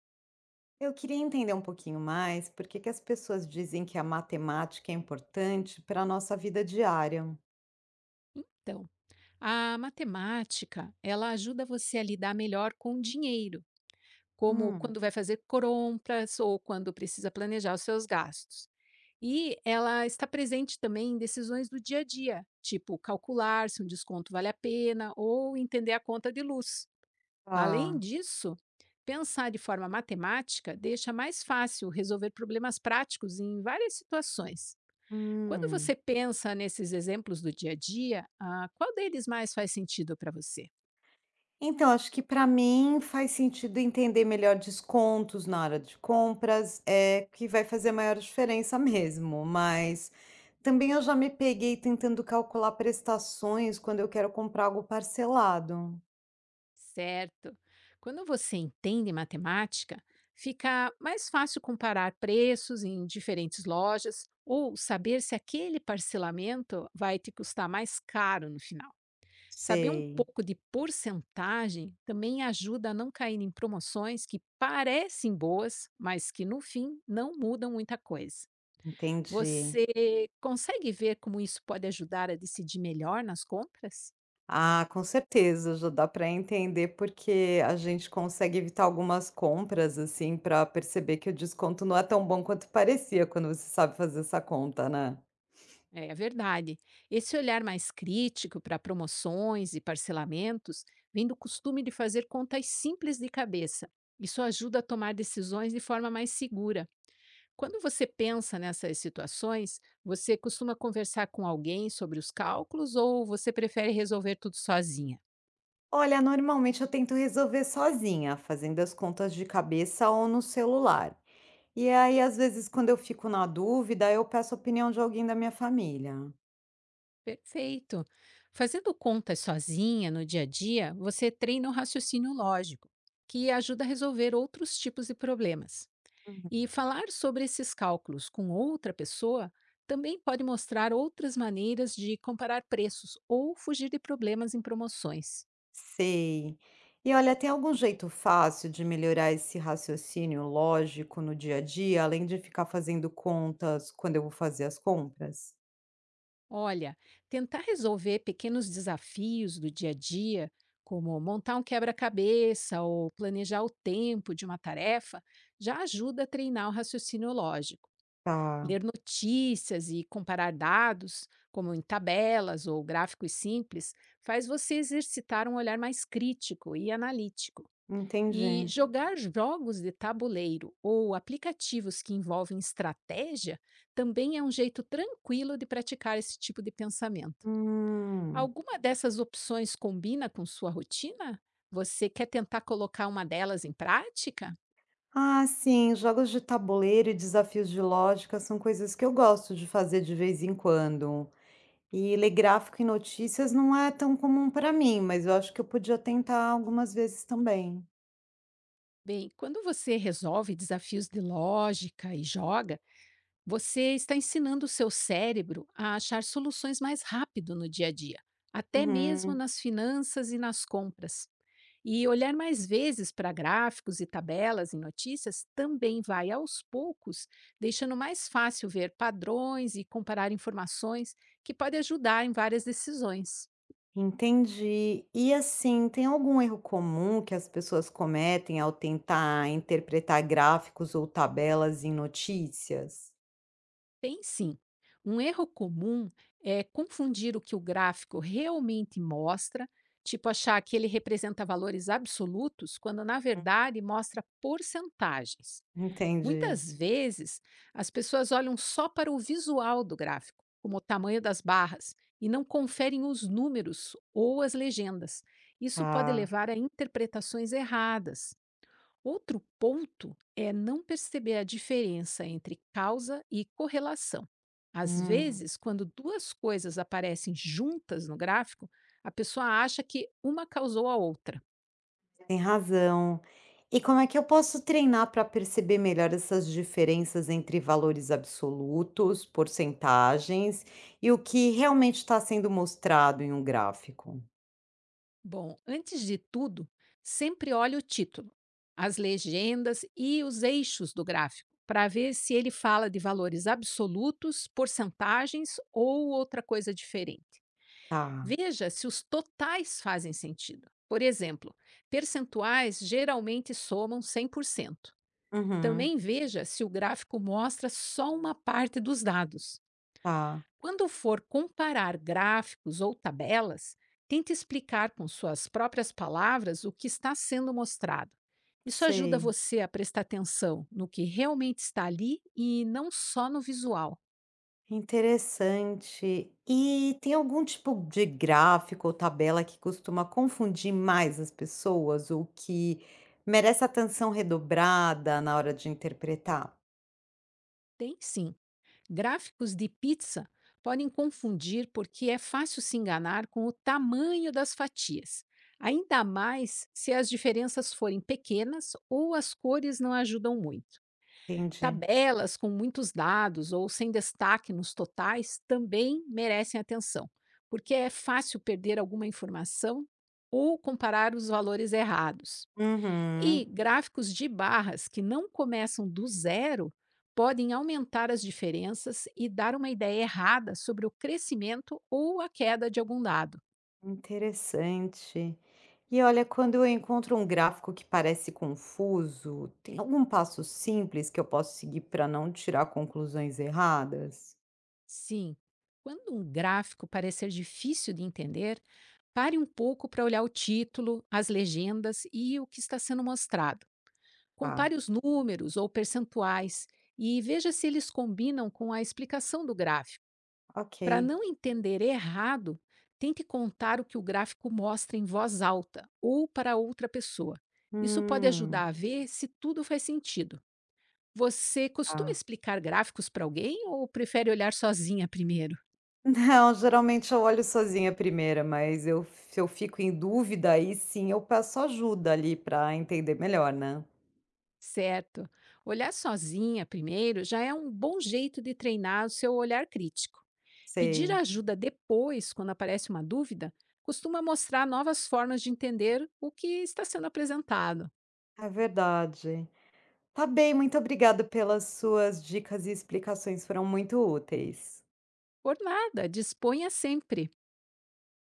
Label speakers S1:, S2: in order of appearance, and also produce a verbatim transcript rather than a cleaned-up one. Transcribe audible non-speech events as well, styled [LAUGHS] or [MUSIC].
S1: Eu queria entender um pouquinho mais por que que as pessoas dizem que a matemática é importante para a nossa vida diária.
S2: Então, a matemática, ela ajuda você a lidar melhor com o dinheiro, como
S1: Hum,
S2: quando vai fazer compras ou quando precisa planejar os seus gastos. E ela está presente também em decisões do dia a dia, tipo calcular se um desconto vale a pena ou entender a conta de luz. Além
S1: Ah,
S2: disso, pensar de forma matemática deixa mais fácil resolver problemas práticos em várias situações. Quando
S1: hum.
S2: você pensa nesses exemplos do dia a dia, ah, qual deles mais faz sentido para você?
S1: Então, acho que para mim faz sentido entender melhor descontos na hora de compras, é que vai fazer maior diferença [LAUGHS] mesmo, mas também eu já me peguei tentando calcular prestações quando eu quero comprar algo parcelado.
S2: Certo. Quando você entende matemática, fica mais fácil comparar preços em diferentes lojas ou saber se aquele parcelamento vai te custar mais caro no final. Saber um
S1: Sei,
S2: pouco de porcentagem também ajuda a não cair em promoções que parecem boas, mas que no fim não mudam muita coisa.
S1: entendi.
S2: Você consegue ver como isso pode ajudar a decidir melhor nas compras?
S1: Ah, com certeza, já dá para entender porque a gente consegue evitar algumas compras, assim, para perceber que o desconto não é tão bom quanto parecia quando você sabe fazer essa conta, né?
S2: É, é verdade. Esse olhar mais crítico para promoções e parcelamentos vem do costume de fazer contas simples de cabeça. Isso ajuda a tomar decisões de forma mais segura. Quando você pensa nessas situações, você costuma conversar com alguém sobre os cálculos ou você prefere resolver tudo sozinha?
S1: Olha, normalmente eu tento resolver sozinha, fazendo as contas de cabeça ou no celular. E aí, às vezes, quando eu fico na dúvida, eu peço a opinião de alguém da minha família.
S2: Perfeito! Fazendo contas sozinha no dia a dia, você treina o raciocínio lógico, que ajuda a resolver outros tipos de problemas. E falar sobre esses cálculos com outra pessoa também pode mostrar outras maneiras de comparar preços ou fugir de problemas em promoções.
S1: Sei. E olha, tem algum jeito fácil de melhorar esse raciocínio lógico no dia a dia, além de ficar fazendo contas quando eu vou fazer as compras?
S2: Olha, tentar resolver pequenos desafios do dia a dia, como montar um quebra-cabeça ou planejar o tempo de uma tarefa, já ajuda a treinar o raciocínio lógico.
S1: Tá,
S2: Ler notícias e comparar dados, como em tabelas ou gráficos simples, faz você exercitar um olhar mais crítico e analítico. E
S1: entendi.
S2: jogar jogos de tabuleiro ou aplicativos que envolvem estratégia também é um jeito tranquilo de praticar esse tipo de pensamento.
S1: Hum.
S2: Alguma dessas opções combina com sua rotina? Você quer tentar colocar uma delas em prática?
S1: Ah, sim, jogos de tabuleiro e desafios de lógica são coisas que eu gosto de fazer de vez em quando. E ler gráfico e notícias não é tão comum para mim, mas eu acho que eu podia tentar algumas vezes também.
S2: Bem, quando você resolve desafios de lógica e joga, você está ensinando o seu cérebro a achar soluções mais rápido no dia a dia, até mesmo
S1: Uhum.
S2: nas finanças e nas compras. E olhar mais vezes para gráficos e tabelas em notícias também vai aos poucos, deixando mais fácil ver padrões e comparar informações que pode ajudar em várias decisões.
S1: Entendi. E assim, tem algum erro comum que as pessoas cometem ao tentar interpretar gráficos ou tabelas em notícias?
S2: Tem sim. Um erro comum é confundir o que o gráfico realmente mostra, tipo achar que ele representa valores absolutos, quando na verdade mostra porcentagens.
S1: Entendi.
S2: Muitas vezes, as pessoas olham só para o visual do gráfico, como o tamanho das barras, e não conferem os números ou as legendas. Isso pode
S1: Ah,
S2: levar a interpretações erradas. Outro ponto é não perceber a diferença entre causa e correlação. Às
S1: Hum,
S2: vezes, quando duas coisas aparecem juntas no gráfico, a pessoa acha que uma causou a outra.
S1: tem razão. E como é que eu posso treinar para perceber melhor essas diferenças entre valores absolutos, porcentagens e o que realmente está sendo mostrado em um gráfico?
S2: Bom, antes de tudo, sempre olhe o título, as legendas e os eixos do gráfico para ver se ele fala de valores absolutos, porcentagens ou outra coisa diferente.
S1: Tá.
S2: Veja se os totais fazem sentido. Por exemplo, percentuais geralmente somam cem por cento.
S1: Uhum,
S2: Também veja se o gráfico mostra só uma parte dos dados.
S1: tá.
S2: Quando for comparar gráficos ou tabelas, tente explicar com suas próprias palavras o que está sendo mostrado. Isso ajuda
S1: Sei.
S2: você a prestar atenção no que realmente está ali e não só no visual.
S1: Interessante. E tem algum tipo de gráfico ou tabela que costuma confundir mais as pessoas ou que merece atenção redobrada na hora de interpretar?
S2: Tem sim. Gráficos de pizza podem confundir porque é fácil se enganar com o tamanho das fatias, ainda mais se as diferenças forem pequenas ou as cores não ajudam muito.
S1: Entendi.
S2: Tabelas com muitos dados ou sem destaque nos totais também merecem atenção, porque é fácil perder alguma informação ou comparar os valores errados. E
S1: Uhum,
S2: gráficos de barras que não começam do zero podem aumentar as diferenças e dar uma ideia errada sobre o crescimento ou a queda de algum dado.
S1: interessante. E olha, quando eu encontro um gráfico que parece confuso, tem algum passo simples que eu posso seguir para não tirar conclusões erradas?
S2: Sim, quando um gráfico parecer difícil de entender, pare um pouco para olhar o título, as legendas e o que está sendo mostrado.
S1: Tá,
S2: Compare os números ou percentuais e veja se eles combinam com a explicação do gráfico.
S1: ok.
S2: Para não entender errado, tente contar o que o gráfico mostra em voz alta ou para outra pessoa. Isso pode
S1: Hum,
S2: ajudar a ver se tudo faz sentido. Você costuma
S1: tá.
S2: explicar gráficos para alguém ou prefere olhar sozinha primeiro?
S1: Não, geralmente eu olho sozinha primeiro, mas eu se eu fico em dúvida, aí sim eu peço ajuda ali para entender melhor, né.
S2: Certo. Olhar sozinha primeiro já é um bom jeito de treinar o seu olhar crítico. Pedir
S1: Sei,
S2: ajuda depois, quando aparece uma dúvida, costuma mostrar novas formas de entender o que está sendo apresentado.
S1: é verdade. Tá bem, muito obrigada pelas suas dicas e explicações, foram muito úteis.
S2: Por nada, disponha sempre.